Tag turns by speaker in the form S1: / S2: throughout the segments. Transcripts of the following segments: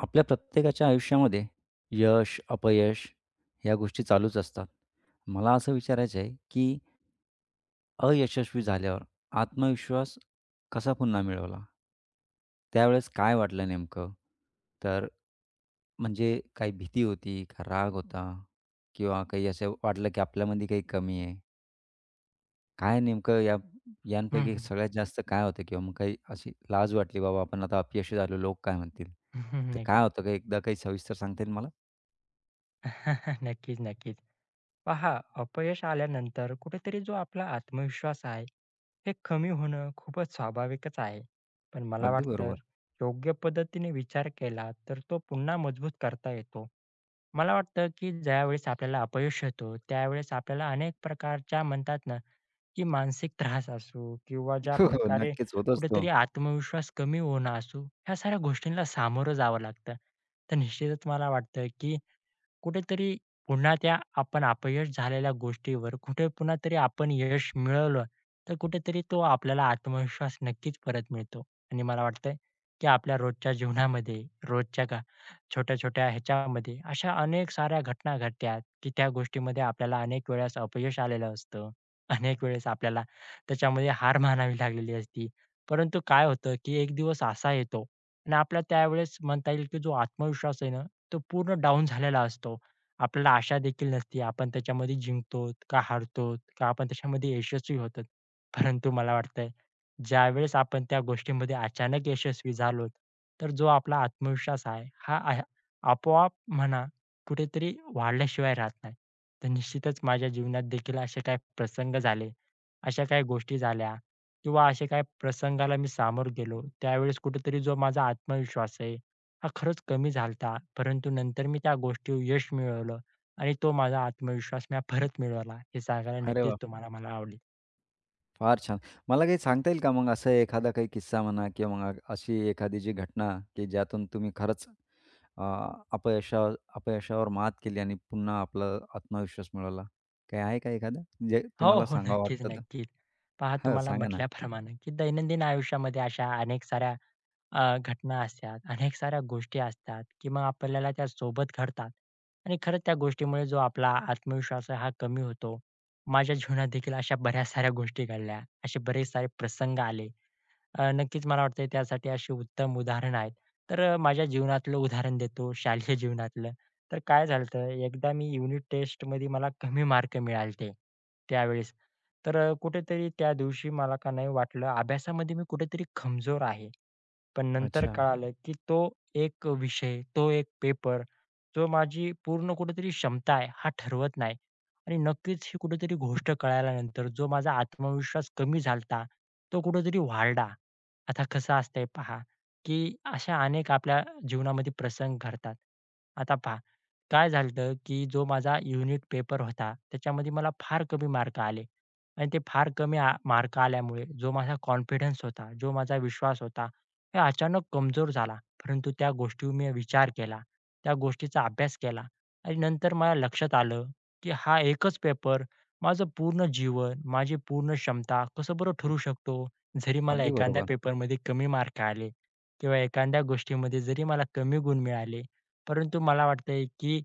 S1: आपल्या प्रत्येकाच्या आयुष्यामध्ये यश, अपयश या गोष्टी चालूच असतात. मला असं विचारायचं आहे, की अयशस्वी झाल्यावर आत्मविश्वास कसा पुन्हा मिळवला? त्यावेळेस काय वाटलं नेमकं? तर म्हणजे काही भीती होती, का राग होता किंवा काही असं वाटलं, की आपल्यामध्ये काही कमी आहे? काय नेमकं या
S2: हं,
S1: यांपैकी
S2: हं.
S1: सगळ्यात जास्त काय होतं किंवा मग काही अशी लाज वाटली, बाबा आपण आता अपयशी झालो, लोक काय म्हणतील? तर काय
S2: नक्कीच.
S1: होतं का एकदा काही सविस्तर सांगता येईल मला?
S2: नक्कीच, नक्कीच. पहा, अपयश आल्यानंतर कुठेतरी जो आपला आत्मविश्वास आहे, हे कमी होणं खूपच स्वाभाविकच आहे. पण मला
S1: अगदी
S2: वाटतं
S1: बरोबर.
S2: योग्य पद्धतीने विचार केला तर तो पुन्हा मजबूत करता येतो. मला वाटतं की ज्यावेळेस आपल्याला अपयश येतो, त्यावेळेस आपल्याला अनेक प्रकारच्या म्हणतात ना, की मानसिक त्रास असू किंवा ज्या
S1: हो, हो.
S2: प्रकारे
S1: नक्कीच होतोच तो.
S2: कुठेतरी आत्मविश्वास कमी होणं असू, ह्या साऱ्या गोष्टींना सामोरं जावं लागतं. तर निश्चितच मला वाटतं की कुठेतरी पुन्हा त्या आपण अपयश झालेल्या गोष्टीवर कुठे पुन्हा तरी आपण यश मिळवलं, तर कुठेतरी तो आपल्याला आत्मविश्वास नक्कीच परत मिळतो. आणि मला वाटतंय, की आपल्या रोजच्या जीवनामध्ये, रोजच्या का छोट्या-छोट्या ह्याच्यामध्ये अशा अनेक साऱ्या घटना घडतात, की त्या गोष्टीमध्ये आपल्याला अनेक वेळेस अपयश आलेलं असतं. अनेक वेळेस आपल्याला त्याच्यामध्ये हार मानावी लागलेली असती. परंतु काय होतं, की एक दिवस असा येतो आणि आपला त्यावेळेस म्हणता येईल, की जो आत्मविश्वास आहे ना तो पूर्ण डाउन झालेला असतो. आपल्याला आशा देखील नसते, आपण त्याच्यामध्ये जिंकतो का हारतो का आपण त्याच्यामध्ये यशस्वी होतो. परंतु मला वाटतंय, ज्यावेळेस आपण त्या गोष्टीमध्ये अचानक यशस्वी झालो, तर जो आपला आत्मविश्वास आहे, हा आहे आपोआप म्हणा कुठेतरी वाढल्याशिवाय राहत नाही. तर निश्चितच माझ्या जीवनात देखील असे काही प्रसंग झाले, अशा काही गोष्टी झाल्या किंवा अशा काही प्रसंगाला मी सामोरं गेलो. त्यावेळेस कुठेतरी जो माझा आत्मविश्वास आहे हा खरंच कमी झालता. परंतु नंतर मी त्या गोष्टीवर यश मिळवलं आणि तो माझा आत्मविश्वास मी परत मिळवला. हे सांगायला
S1: अरे
S2: नक्कीच
S1: वाह!
S2: तुम्हाला मला आवडेल.
S1: फार छान. मला काही सांगता येईल का मग असं एखादा काही किस्सा म्हणा किंवा मग अशी एखादी जी घटना की ज्यातून तुम्ही खरंच अ, अपयशा अपयशावर मात केली आणि पुन्हा आपला आत्मविश्वास मिळवला? काही आहे का एखादं जे
S2: हो,
S1: तुम्हाला
S2: हो.
S1: सांगावं
S2: नक्कीच,
S1: वाटतं तर?
S2: नक्कीच. पहा,
S1: हां,
S2: तुम्हाला
S1: सांगा ना.
S2: म्हटल्याप्रमाणे की दैनंदिन आयुष्यामध्ये अशा अनेक साऱ्या घटना असतात, अनेक साऱ्या गोष्टी असतात, की मग आपल्याला त्या सोबत घडतात आणि खरंच त्या गोष्टीमुळे जो आपला आत्मविश्वास आहे हा कमी होतो. माझ्या जीवनात देखील अशा बऱ्याच साऱ्या गोष्टी घडल्या. असे बरेच सारे प्रसंग आले. नक्कीच मला वाटतंय त्यासाठी अशी उत्तम उदाहरणं आहेत. तर माझ्या जीवनातलं उदाहरण देतो, शालेय जीवनातलं. तर काय झालं होतं, एकदा मी युनिट टेस्टमध्ये मला कमी मार्क मिळालते त्यावेळेस. तर कुठेतरी त्या दिवशी मला का नाही वाटलं, अभ्यासामध्ये मी कुठेतरी कमजोर आहे. पण नंतर
S1: अच्छा.
S2: कळालं, की तो एक विषय, तो एक पेपर, जो माझी पूर्ण कुठेतरी क्षमता आहे, हा ठरवत नाही. आणि नक्कीच ही कुठेतरी गोष्ट कळाल्यानंतर जो माझा आत्मविश्वास कमी झाला तो कुठेतरी वाढला. आता कसं असतंय पहा, की अशा अनेक आपल्या जीवनामध्ये प्रसंग घडतात. आता पहा, काय झालं होतं, की जो माझा युनिट पेपर होता, त्याच्यामध्ये मला फार कमी मार्क आले आणि ते फार कमी मार्क आल्यामुळे जो माझा कॉन्फिडन्स होता, जो माझा विश्वास होता हे अचानक कमजोर झाला. परंतु त्या गोष्टीवर मी विचार केला. त्या गोष्टीचा अभ्यास केला आणि नंतर मला लक्षात आलं, की हा एकच पेपर माझं पूर्ण जीवन, माझी पूर्ण क्षमता कसं बरं ठरू शकतो. जरी मला
S1: अगदी
S2: एखाद्या
S1: बरोबर.
S2: पेपरमध्ये कमी मार्क आले किंवा एखाद्या गोष्टीमध्ये जरी मला कमी गुण मिळाले, परंतु मला वाटतंय, की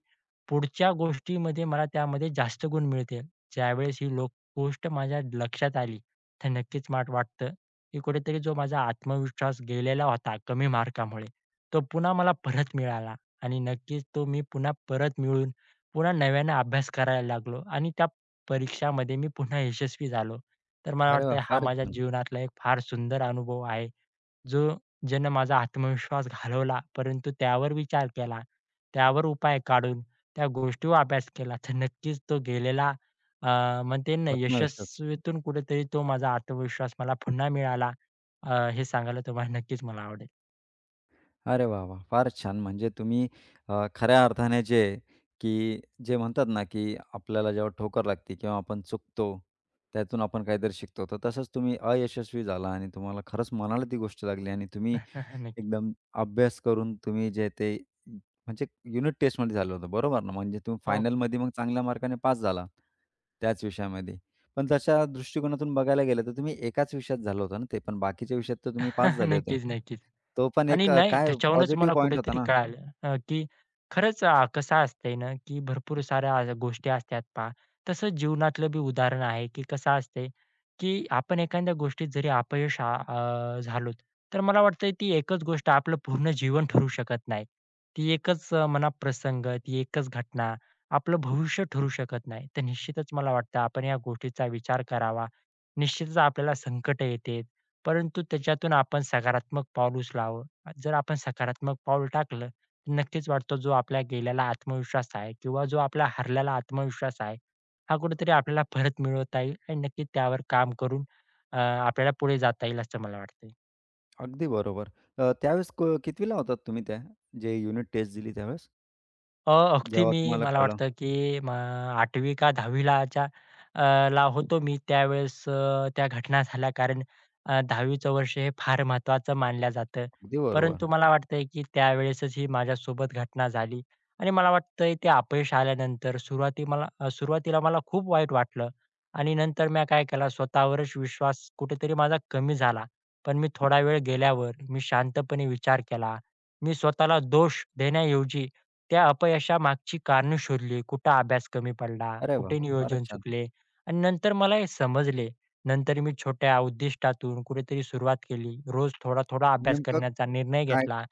S2: पुढच्या गोष्टीमध्ये मला त्यामध्ये जास्त गुण मिळतील. ज्यावेळेस ही लोक गोष्ट माझ्या लक्षात आली, तर नक्कीच मला वाटतं की कुठेतरी जो माझा आत्मविश्वास गेलेला होता कमी मार्कामुळे, तो पुन्हा मला परत मिळाला आणि नक्कीच तो मी पुन्हा परत मिळवून पुन्हा नव्याने अभ्यास करायला लागलो आणि त्या परीक्षामध्ये मी पुन्हा यशस्वी झालो. तर मला
S1: अरे
S2: वाटतं
S1: वाह!
S2: हा
S1: फारच
S2: माझ्या
S1: छान.
S2: जीवनातला एक फार सुंदर अनुभव आहे. जो ज्यानं माझा आत्मविश्वास घालवला, परंतु त्यावर विचार केला, त्यावर उपाय काढून, त्या गोष्टीवर अभ्यास केला, तर नक्कीच तो गेलेला म्हणता येईल ना
S1: आत्मविश्वास.
S2: यशस्वीतून कुठेतरी तो माझा आत्मविश्वास मला पुन्हा मिळाला. हे सांगायला तुम्हाला नक्कीच मला आवडेल.
S1: अरे वाह, वाह! फारच छान. म्हणजे तुम्ही खऱ्या अर्थाने जे, की जे म्हणतात ना, की आपल्याला जेव्हा ठोकर लागते किंवा आपण चुकतो, त्यातून आपण काहीतरी शिकतो. तर तसंच तुम्ही अयशस्वी झाला आणि तुम्हाला खरंच मनाला ती गोष्ट लागली आणि तुम्ही
S2: नक्की.
S1: एकदम अभ्यास करून तुम्ही जे ते म्हणजे युनिट टेस्टमध्ये झालं होतं, बरोबर ना? म्हणजे तुम्ही
S2: हो, हो.
S1: फायनलमध्ये मग चांगल्या मार्काने पास झाला, त्याच विषयामध्ये. पण तशा दृष्टिकोनातून बघायला गेलं तर तुम्ही एकाच विषयात झाला होता ना ते, पण बाकीच्या विषयात तर तुम्ही पास झाले होते.
S2: नक्कीच, नक्कीच.
S1: तो पण
S2: आणि
S1: एक
S2: नाही
S1: काय
S2: त्याच्यावरूनच
S1: पॉझिटिव्ह
S2: मला
S1: पॉइंट होता
S2: कुठेतरी
S1: ना.
S2: कळालं, की खरंच, कसं असतंय ना, की भरपूर साऱ्या गोष्टी असतात पहा. तसं जीवनातलं बी उदाहरण आहे, की कसं असतंय, की आपण एखाद्या गोष्टीत जरी झालोत, तर मला वाटतंय ती एकच गोष्ट आपलं पूर्ण जीवन ठरू शकत नाही. ती एकच म्हणा प्रसंग, ती एकच घटना आपलं भविष्य ठरू शकत नाही. तर निश्चितच मला वाटतं आपण या गोष्टीचा विचार करावा. निश्चितच आपल्याला संकटं येतात, परंतु त्याच्यातून आपण सकारात्मक पाऊल उचलावं. जर आपण सकारात्मक पाऊल टाकलं, तर नक्कीच वाटतो जो आपल्या गेलेला आत्मविश्वास आहे किंवा जो आपला हरलेला आत्मविश्वास आहे, हा कुठेतरी आपल्याला परत मिळवता येईल आणि नक्कीच त्यावर काम करून आपल्याला पुढे जाता येईल असं मला वाटतंय.
S1: अगदी बरोबर. त्यावेळेस कितवीला होतात तुम्ही त्या, जे युनिट टेस्ट दिली त्यावेळेस?
S2: अगदी
S1: जेव्हा
S2: मी
S1: तुम्हाला
S2: मला
S1: कळलं?
S2: वाटतं, की 8वी का 10वीलाच्या ला होतो मी त्यावेळेस, त्या घटना झाल्या. कारण 10वीचं वर्ष हे फार महत्त्वाचं मानलं जातं.
S1: अगदी बरोबर.
S2: परंतु मला वाटतंय, की त्यावेळेसच ही माझ्यासोबत घटना झाली आणि मला वाटतंय ते अपयश आल्यानंतर सुरुवातीला मला खूप वाईट वाटलं आणि नंतर मी काय केला, स्वतःवरच विश्वास कुठेतरी माझा कमी झाला. पण मी थोडा वेळ गेल्यावर मी शांतपणे विचार केला. मी स्वतःला दोष देण्याऐवजी त्या अपयशामागची कारणं शोधली. कुठं अभ्यास कमी पडला,
S1: अरे वाह!
S2: कुठे नियोजन
S1: फारच छान.
S2: चुकले आणि नंतर मला हे समजले. नंतर मी छोट्या उद्दिष्टातून कुठेतरी सुरुवात केली. रोज थोडा-थोडा अभ्यास
S1: नेमकं
S2: करण्याचा निर्णय
S1: काय
S2: घेतला.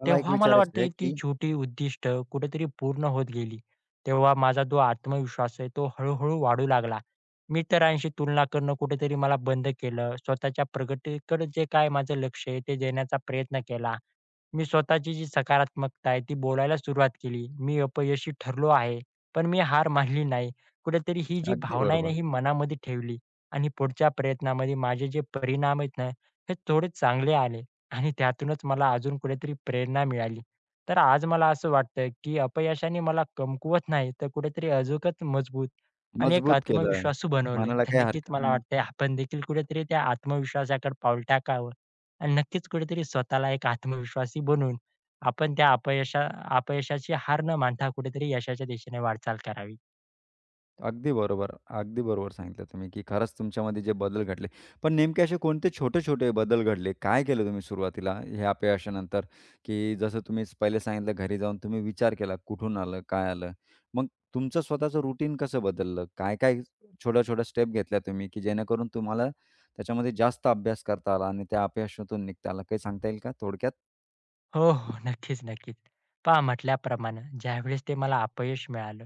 S1: मला एक
S2: तेव्हा मला
S1: विचारायचं
S2: वाटतंय
S1: आहे,
S2: ती
S1: की
S2: छोटी उद्दिष्ट कुठेतरी पूर्ण होत गेली. तेव्हा माझा जो आत्मविश्वास आहे तो हळू वाढू लागला. मित्रांशी तुलना करणं कुठेतरी मला बंद केलं. स्वतःच्या प्रगतीकडे जे काय माझं लक्ष आहे ते देण्याचा प्रयत्न केला. मी स्वतःची जी सकारात्मकता आहे ती बोलायला सुरुवात केली. मी अपयशी ठरलो आहे, पण मी हार मानली नाही. कुठेतरी ही जी
S1: अगदी
S2: भावना आहे ना,
S1: बरोबर.
S2: ही मनामध्ये ठेवली आणि पुढच्या प्रयत्नामध्ये माझे जे परिणाम आहेत ना, हे थोडे चांगले आले आणि त्यातूनच मला अजून कुठेतरी प्रेरणा मिळाली. तर आज मला असं वाटतं, की अपयशाने मला कमकुवत नाही, तर कुठेतरी अधिकच मजबूत आणि एक
S1: मजबूत केलं आहे.
S2: आत्मविश्वासू बनवलंय.
S1: म्हणायला
S2: तर
S1: काही
S2: नक्कीच
S1: हरकत
S2: मला वाटतंय आपण देखील कुठेतरी त्या आत्मविश्वासाकडे पाऊल टाकावं आणि नक्कीच कुठेतरी स्वतःला एक आत्मविश्वासी बनून आपण त्या अपयशाची हार न मानता कुठेतरी यशाच्या दिशेने वाटचाल करावी.
S1: अगदी बरोबर. अगदी बरोबर सांगितलं तुम्ही, की खरंच तुमच्यामध्ये जे बदल घडले. पण नेमके असे कोणते छोटे-छोटे बदल घडले? काय केलं तुम्ही सुरुवातीला ह्या अपयशानंतर? की जसं तुम्ही पहिले सांगितलं घरी जाऊन तुम्ही विचार केला, कुठून आलं, काय आलं? मग तुमचं स्वतःचं रुटीन कसं बदललं? काय-काय छोट्या-छोट्या स्टेप घेतल्या तुम्ही, की जेणेकरून तुम्हाला त्याच्यामध्ये जास्त अभ्यास करता आला आणि त्या अपयशातून निघता आला? काही सांगता येईल का थोडक्यात?
S2: हो, हो. नक्कीच, नक्कीच. पहा, म्हटल्याप्रमाणे ज्यावेळेस ते मला अपयश मिळालं,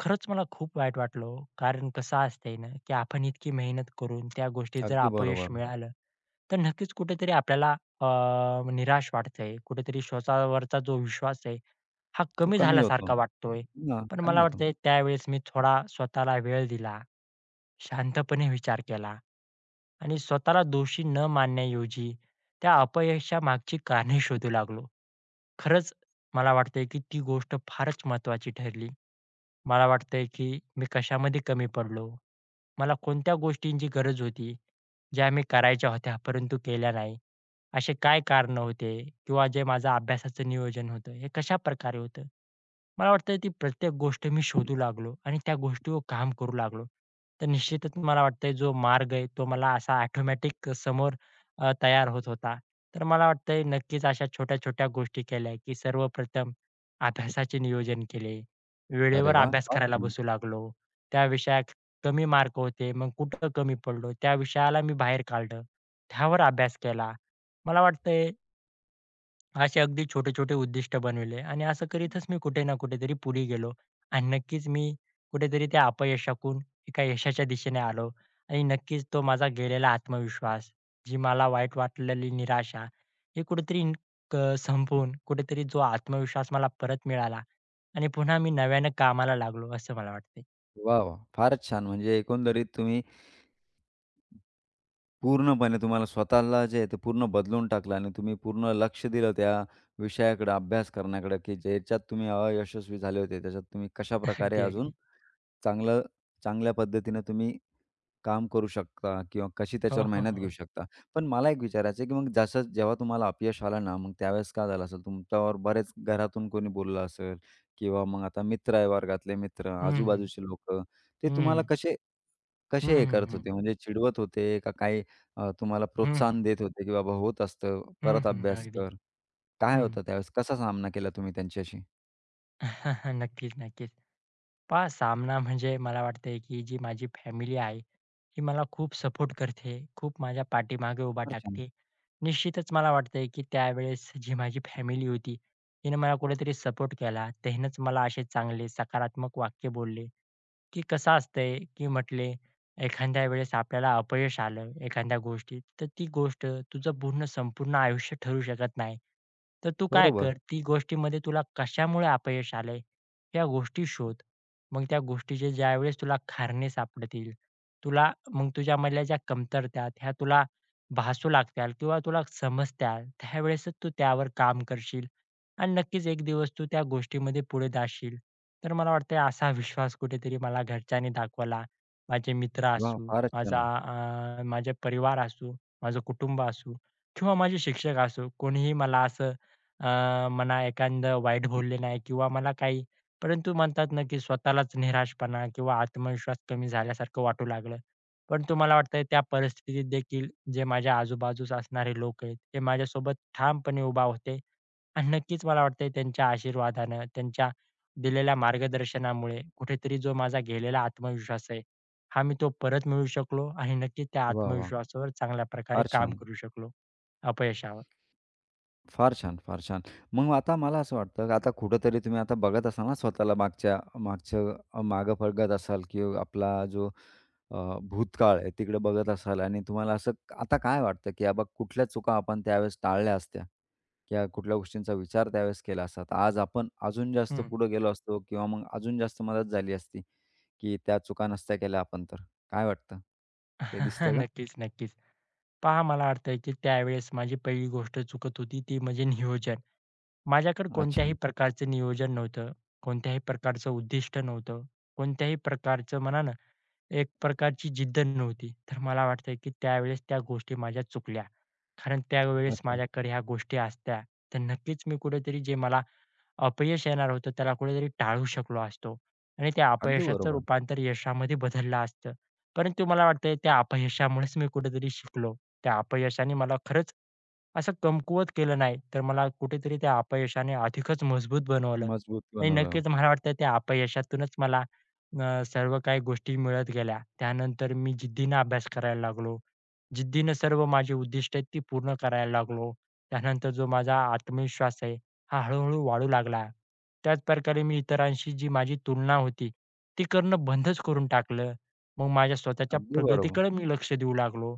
S2: खरंच मला खूप वाईट वाटलं हो. कारण कसं असतंय ना, की आपण इतकी मेहनत करून त्या गोष्टीत जर
S1: अगदी
S2: अपयश
S1: बरोबर.
S2: मिळालं, तर नक्कीच कुठेतरी आपल्याला अ, निराश वाटतंय. कुठेतरी स्वतःवरचा जो विश्वास आहे, हा
S1: तो
S2: कमी
S1: कमी होतो.
S2: झाल्यासारखा वाटतोय.
S1: हां,
S2: पण
S1: कमी
S2: मला
S1: होतो.
S2: वाटतंय त्यावेळेस मी थोडा स्वतःला वेळ दिला. शांतपणे विचार केला आणि स्वतःला दोषी न मानण्याऐवजी त्या अपयशामागची कारणे शोधू लागलो. खरंच मला वाटतंय की ती गोष्ट फारच महत्त्वाची ठरली. मला वाटतंय की मी कशामध्ये कमी पडलो? मला कोणत्या गोष्टींची गरज होती, ज्या मी करायच्या होत्या परंतु केल्या नाही? असे काय कारणं होते? किंवा जे माझं अभ्यासाचं नियोजन होतं, हे कशाप्रकारे होतं? मला वाटतं ती प्रत्येक गोष्ट मी शोधू लागलो आणि त्या गोष्टीवर काम करू लागलो. तर निश्चितच मला वाटतंय जो मार्ग आहे तो मला असा ऑटोमॅटिक समोर तयार होत होता. तर मला वाटतंय नक्कीच अशा छोट्या-छोट्या गोष्टी केल्या की सर्वप्रथम अभ्यासाचे नियोजन केले.
S1: अरे
S2: वेळेवर
S1: वाह!
S2: अभ्यास
S1: फार
S2: करायला
S1: छान.
S2: बसू लागलो. त्या विषयात कमी मार्क होते, मग कुठं कमी पडलो त्या विषयाला मी बाहेर काढलं. त्यावर अभ्यास केला. मला वाटतंय असे अगदी छोटे-छोटे उद्दिष्ट बनविले आणि असं करीतच मी कुठे ना कुठेतरी पुढे गेलो आणि नक्कीच मी कुठेतरी त्या अपयशाकून एका यशाच्या दिशेने आलो आणि नक्कीच तो माझा गेलेला आत्मविश्वास, जी मला वाईट वाटलेली निराशा, हे कुठेतरी संपवून कुठेतरी जो आत्मविश्वास मला परत मिळाला आणि पुन्हा मी नव्यानं कामाला लागलो असं मला वाटतंय.
S1: वाह, वाह! फारच छान. म्हणजे एकंदरीत तुम्ही पूर्णपणे तुम्हाला स्वतःला जे आहे ते पूर्ण बदलून टाकलं आणि तुम्ही पूर्ण लक्ष दिलं त्या विषयाकडं, अभ्यास करण्याकडं, की ज्याच्यात तुम्ही अयशस्वी झाले होते, त्याच्यात तुम्ही कशाप्रकारे
S2: अगदी,
S1: अजून
S2: अगदी.
S1: चांगलं चांगल्या पद्धतीनं तुम्ही काम करू शकता किंवा कशी
S2: हो,
S1: त्याच्यावर
S2: हो,
S1: मेहनत
S2: हो.
S1: घेऊ शकता. पण मला एक विचारायचं आहे, की मग जसं जेव्हा तुम्हाला अपयश आलं ना, मग त्यावेळेस काय झालं असेल? तुमच्यावर बरेच घरातून कोणी बोललं असेल किंवा मग आता मित्र आहे, वर्गातले मित्र,
S2: हं, हं.
S1: आजूबाजूचे लोकं, ते तुम्हाला
S2: हं.
S1: कसे
S2: हं,
S1: कसे हे
S2: हं,
S1: करत
S2: हं.
S1: होते? म्हणजे चिडवत होते का काही तुम्हाला
S2: हं, हं.
S1: प्रोत्साहन देत होते, की बाबा होत असतं,
S2: हं,
S1: परत
S2: हं.
S1: अभ्यास
S2: अगदी.
S1: कर? काय
S2: हं.
S1: होतं त्यावेळेस? कसा सामना केला तुम्ही त्यांच्याशी?
S2: नक्कीच, नक्कीच. पहा, सामना म्हणजे मला वाटतंय, की जी माझी फॅमिली आहे, ही मला खूप सपोर्ट करते, खूप माझ्या पाठीमागे उभा
S1: फार छान.
S2: टाकते. निश्चितच मला वाटतंय, की त्यावेळेस जी माझी फॅमिली होती, तिने मला कुठेतरी सपोर्ट केला. तिनेच मला असे चांगले सकारात्मक वाक्य बोलले. की कसं असतंय, की म्हटले एखाद्या वेळेस आपल्याला अपयश आलं एखाद्या गोष्टीत, तर ती गोष्ट तुझं पूर्ण संपूर्ण आयुष्य ठरू शकत नाही. तर तू काय
S1: बरोबर.
S2: कर, ती गोष्टीमध्ये तुला कशामुळे अपयश आलंय, या गोष्टी शोध. मग त्या गोष्टीचे ज्यावेळेस तुला कारणं सापडतील, तुला मग तुझ्यामधल्या ज्या कमतरता ह्या तुला भासू लागतील किंवा तुला समजत्या, त्यावेळेसच तू त्यावर काम करशील. आणि नक्कीच एक दिवस तू त्या गोष्टीमध्ये पुढे जाशील. तर मला वाटतंय असा विश्वास कुठेतरी मला घरच्यांनी दाखवला. माझे मित्र
S1: वाह!
S2: असू,
S1: फारच
S2: माझा
S1: छान.
S2: हं. माझे परिवार असू, माझं कुटुंब असू किंवा माझे शिक्षक असू, कोणीही मला असं म्हणा एखादं वाईट बोलले नाही किंवा मला काही, परंतु म्हणतात ना, की स्वतःलाच निराशपणा किंवा आत्मविश्वास कमी झाल्यासारखं वाटू लागलं. परंतु मला वाटतंय त्या परिस्थितीत देखील जे माझ्या आजूबाजूस असणारे लोक आहेत, ते माझ्यासोबत ठामपणे उभा होते आणि नक्कीच मला वाटतंय त्यांच्या आशीर्वादानं, त्यांच्या दिलेल्या मार्गदर्शनामुळे कुठेतरी जो माझा गेलेला आत्मविश्वास आहे, हा मी तो परत मिळवू शकलो आणि नक्कीच त्या
S1: वाह! वाह!
S2: आत्मविश्वासावर चांगल्या प्रकारे
S1: फार
S2: काम
S1: छान.
S2: करू शकलो अपयशावर.
S1: फार छान, फार छान. मग आता मला असं वाटतं, आता कुठेतरी तुम्ही आता बघत असाल ना स्वतःला मागच्या मागचं मागं बघत असाल, की आपला जो भूतकाळ आहे तिकडे बघत असाल आणि तुम्हाला असं आता काय वाटतं, की बाबा कुठल्या चुका आपण त्यावेळेस टाळल्या असत्या किंवा कुठल्या गोष्टींचा विचार त्यावेळेस केला असता, तर आज आपण अजून जास्त
S2: हं.
S1: पुढे गेलो असतो किंवा मग अजून जास्त मदत झाली असती, की त्या चुका नसत्या केल्या आपण तर. काय वाटतं? काही दिसतं का?
S2: नक्कीच, नक्कीच. पहा, मला वाटतंय की त्यावेळेस माझी पहिली गोष्ट चुकत होती ती म्हणजे नियोजन. माझ्याकडे
S1: अच्छा,
S2: कोणत्याही प्रकारचं नियोजन नव्हतं, कोणत्याही प्रकारचं उद्दिष्ट नव्हतं, कोणत्याही प्रकारचं म्हणा ना एक प्रकारची जिद्द नव्हती. तर मला वाटतंय की त्यावेळेस त्या गोष्टी माझ्या चुकल्या. कारण त्यावेळेस
S1: अच्छा.
S2: माझ्याकडे ह्या गोष्टी असत्या, तर नक्कीच मी कुठेतरी जे मला अपयश येणार होतं, त्याला कुठेतरी टाळू शकलो असतो आणि त्या
S1: अगदी
S2: अपयशाचं
S1: बरोबर.
S2: रूपांतर यशामध्ये बदललं असतं. परंतु मला वाटतंय त्या अपयशामुळेच मी कुठेतरी शिकलो. त्या अपयशाने मला खरंच असं कमकुवत केलं नाही, तर मला कुठेतरी त्या अपयशाने अधिकच मजबूत बनवलं
S1: मजबूत
S2: आणि
S1: बनवलं.
S2: नक्कीच मला वाटतं त्या अपयशातूनच मला सर्व काही गोष्टी मिळत गेल्या. त्यानंतर मी जिद्दीनं अभ्यास करायला लागलो. जिद्दीनं सर्व माझी उद्दिष्ट आहेत ती पूर्ण करायला लागलो. त्यानंतर जो माझा आत्मविश्वास आहे, हा हळू वाढू लागला. त्याच प्रकारे मी इतरांशी जी माझी तुलना होती, ती करणं बंदच करून टाकलं. मग माझ्या स्वतःच्या
S1: अगदी बरोबर.
S2: प्रगतीकडे मी लक्ष देऊ लागलो.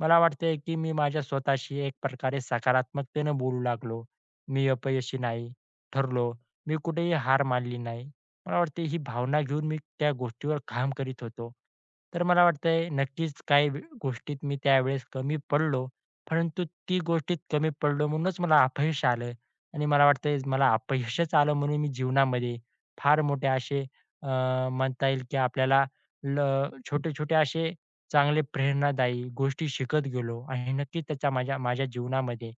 S2: मला वाटतंय, की मी माझ्या स्वतःशी एक प्रकारे सकारात्मकतेनं बोलू लागलो. मी अपयशी नाही ठरलो. मी कुठेही हार मानली नाही. मला वाटते ही भावना घेऊन मी त्या गोष्टीवर काम करीत होतो. तर मला वाटतंय नक्कीच काही गोष्टीत मी त्यावेळेस कमी पडलो. परंतु ती गोष्टीत कमी पडलो म्हणूनच मला अपयश आलं आणि मला वाटतंय मला अपयशच आलं म्हणून मी जीवनामध्ये फार मोठे असे, अ, म्हणता येईल की आपल्याला ल छोटे-छोटे असे चांगले प्रेरणादायी गोष्टी शिकत गेलो आणि नक्कीच त्याचा माझ्या माझ्या जीवनामध्ये,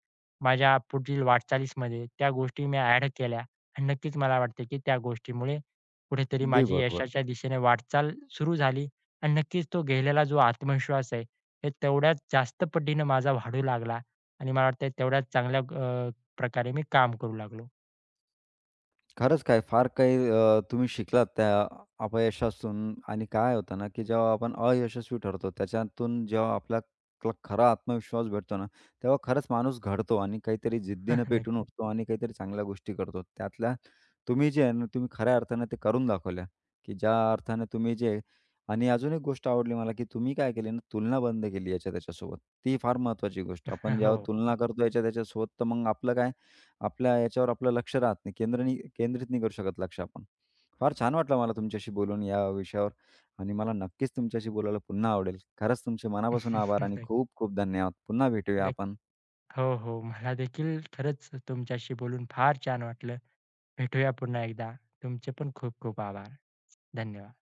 S2: माझ्या पुढील वाटचालीसमध्ये त्या गोष्टी मी ॲड केल्या आणि नक्कीच मला वाटते की त्या गोष्टीमुळे कुठेतरी
S1: अगदी
S2: माझी
S1: बरोबर.
S2: यशाच्या दिशेने वाटचाल सुरू झाली आणि नक्कीच तो गेलेला जो आत्मविश्वास आहे, हे तेवढ्याच जास्त पटीने माझा वाढू लागला आणि मला वाटतंय तेवढ्याच चांगल्या, प्रकारे मी काम करू लागलो.
S1: खरंच काय फार काही तुम्ही शिकलात त्या अपयशातून आणि काय होतं ना, की जेव्हा आपण अयशस्वी ठरतो, त्याच्यातून जेव्हा आपल्याला खरा आत्मविश्वास भेटतो ना, तेव्हा खरंच माणूस घडतो आणि काहीतरी जिद्दीनं पेटून
S2: नक्की.
S1: उठतो आणि काहीतरी चांगल्या गोष्टी करतो. त्यातल्या तुम्ही जे आहे ना, तुम्ही खऱ्या अर्थानं ते करून दाखवल्या, की ज्या अर्थानं तुम्ही जे आणि अजून एक गोष्ट आवडली मला, की तुम्ही काय केली ना, तुलना बंद केली याच्या त्याच्यासोबत. ती फार महत्त्वाची गोष्ट. आपण
S2: हो.
S1: जेव्हा तुलना करतो याच्या त्याच्यासोबत, तर मग आपलं काय आपल्या याच्यावर आपलं लक्ष राहत नाही. केंद्रित नाही करू शकत लक्ष आपण. फार छान वाटलं मला तुमच्याशी बोलून या विषयावर आणि मला नक्कीच तुमच्याशी बोलायला पुन्हा आवडेल. खरंच तुमचे मनापासून आभार आणि
S2: नक्की,
S1: खूप खूप धन्यवाद. पुन्हा भेटूया
S2: नक्की.
S1: आपण.
S2: हो, हो. मला देखील खरंच तुमच्याशी बोलून फार छान वाटलं. भेटूया पुन्हा एकदा. तुमचे पण खूप खूप आभार. धन्यवाद.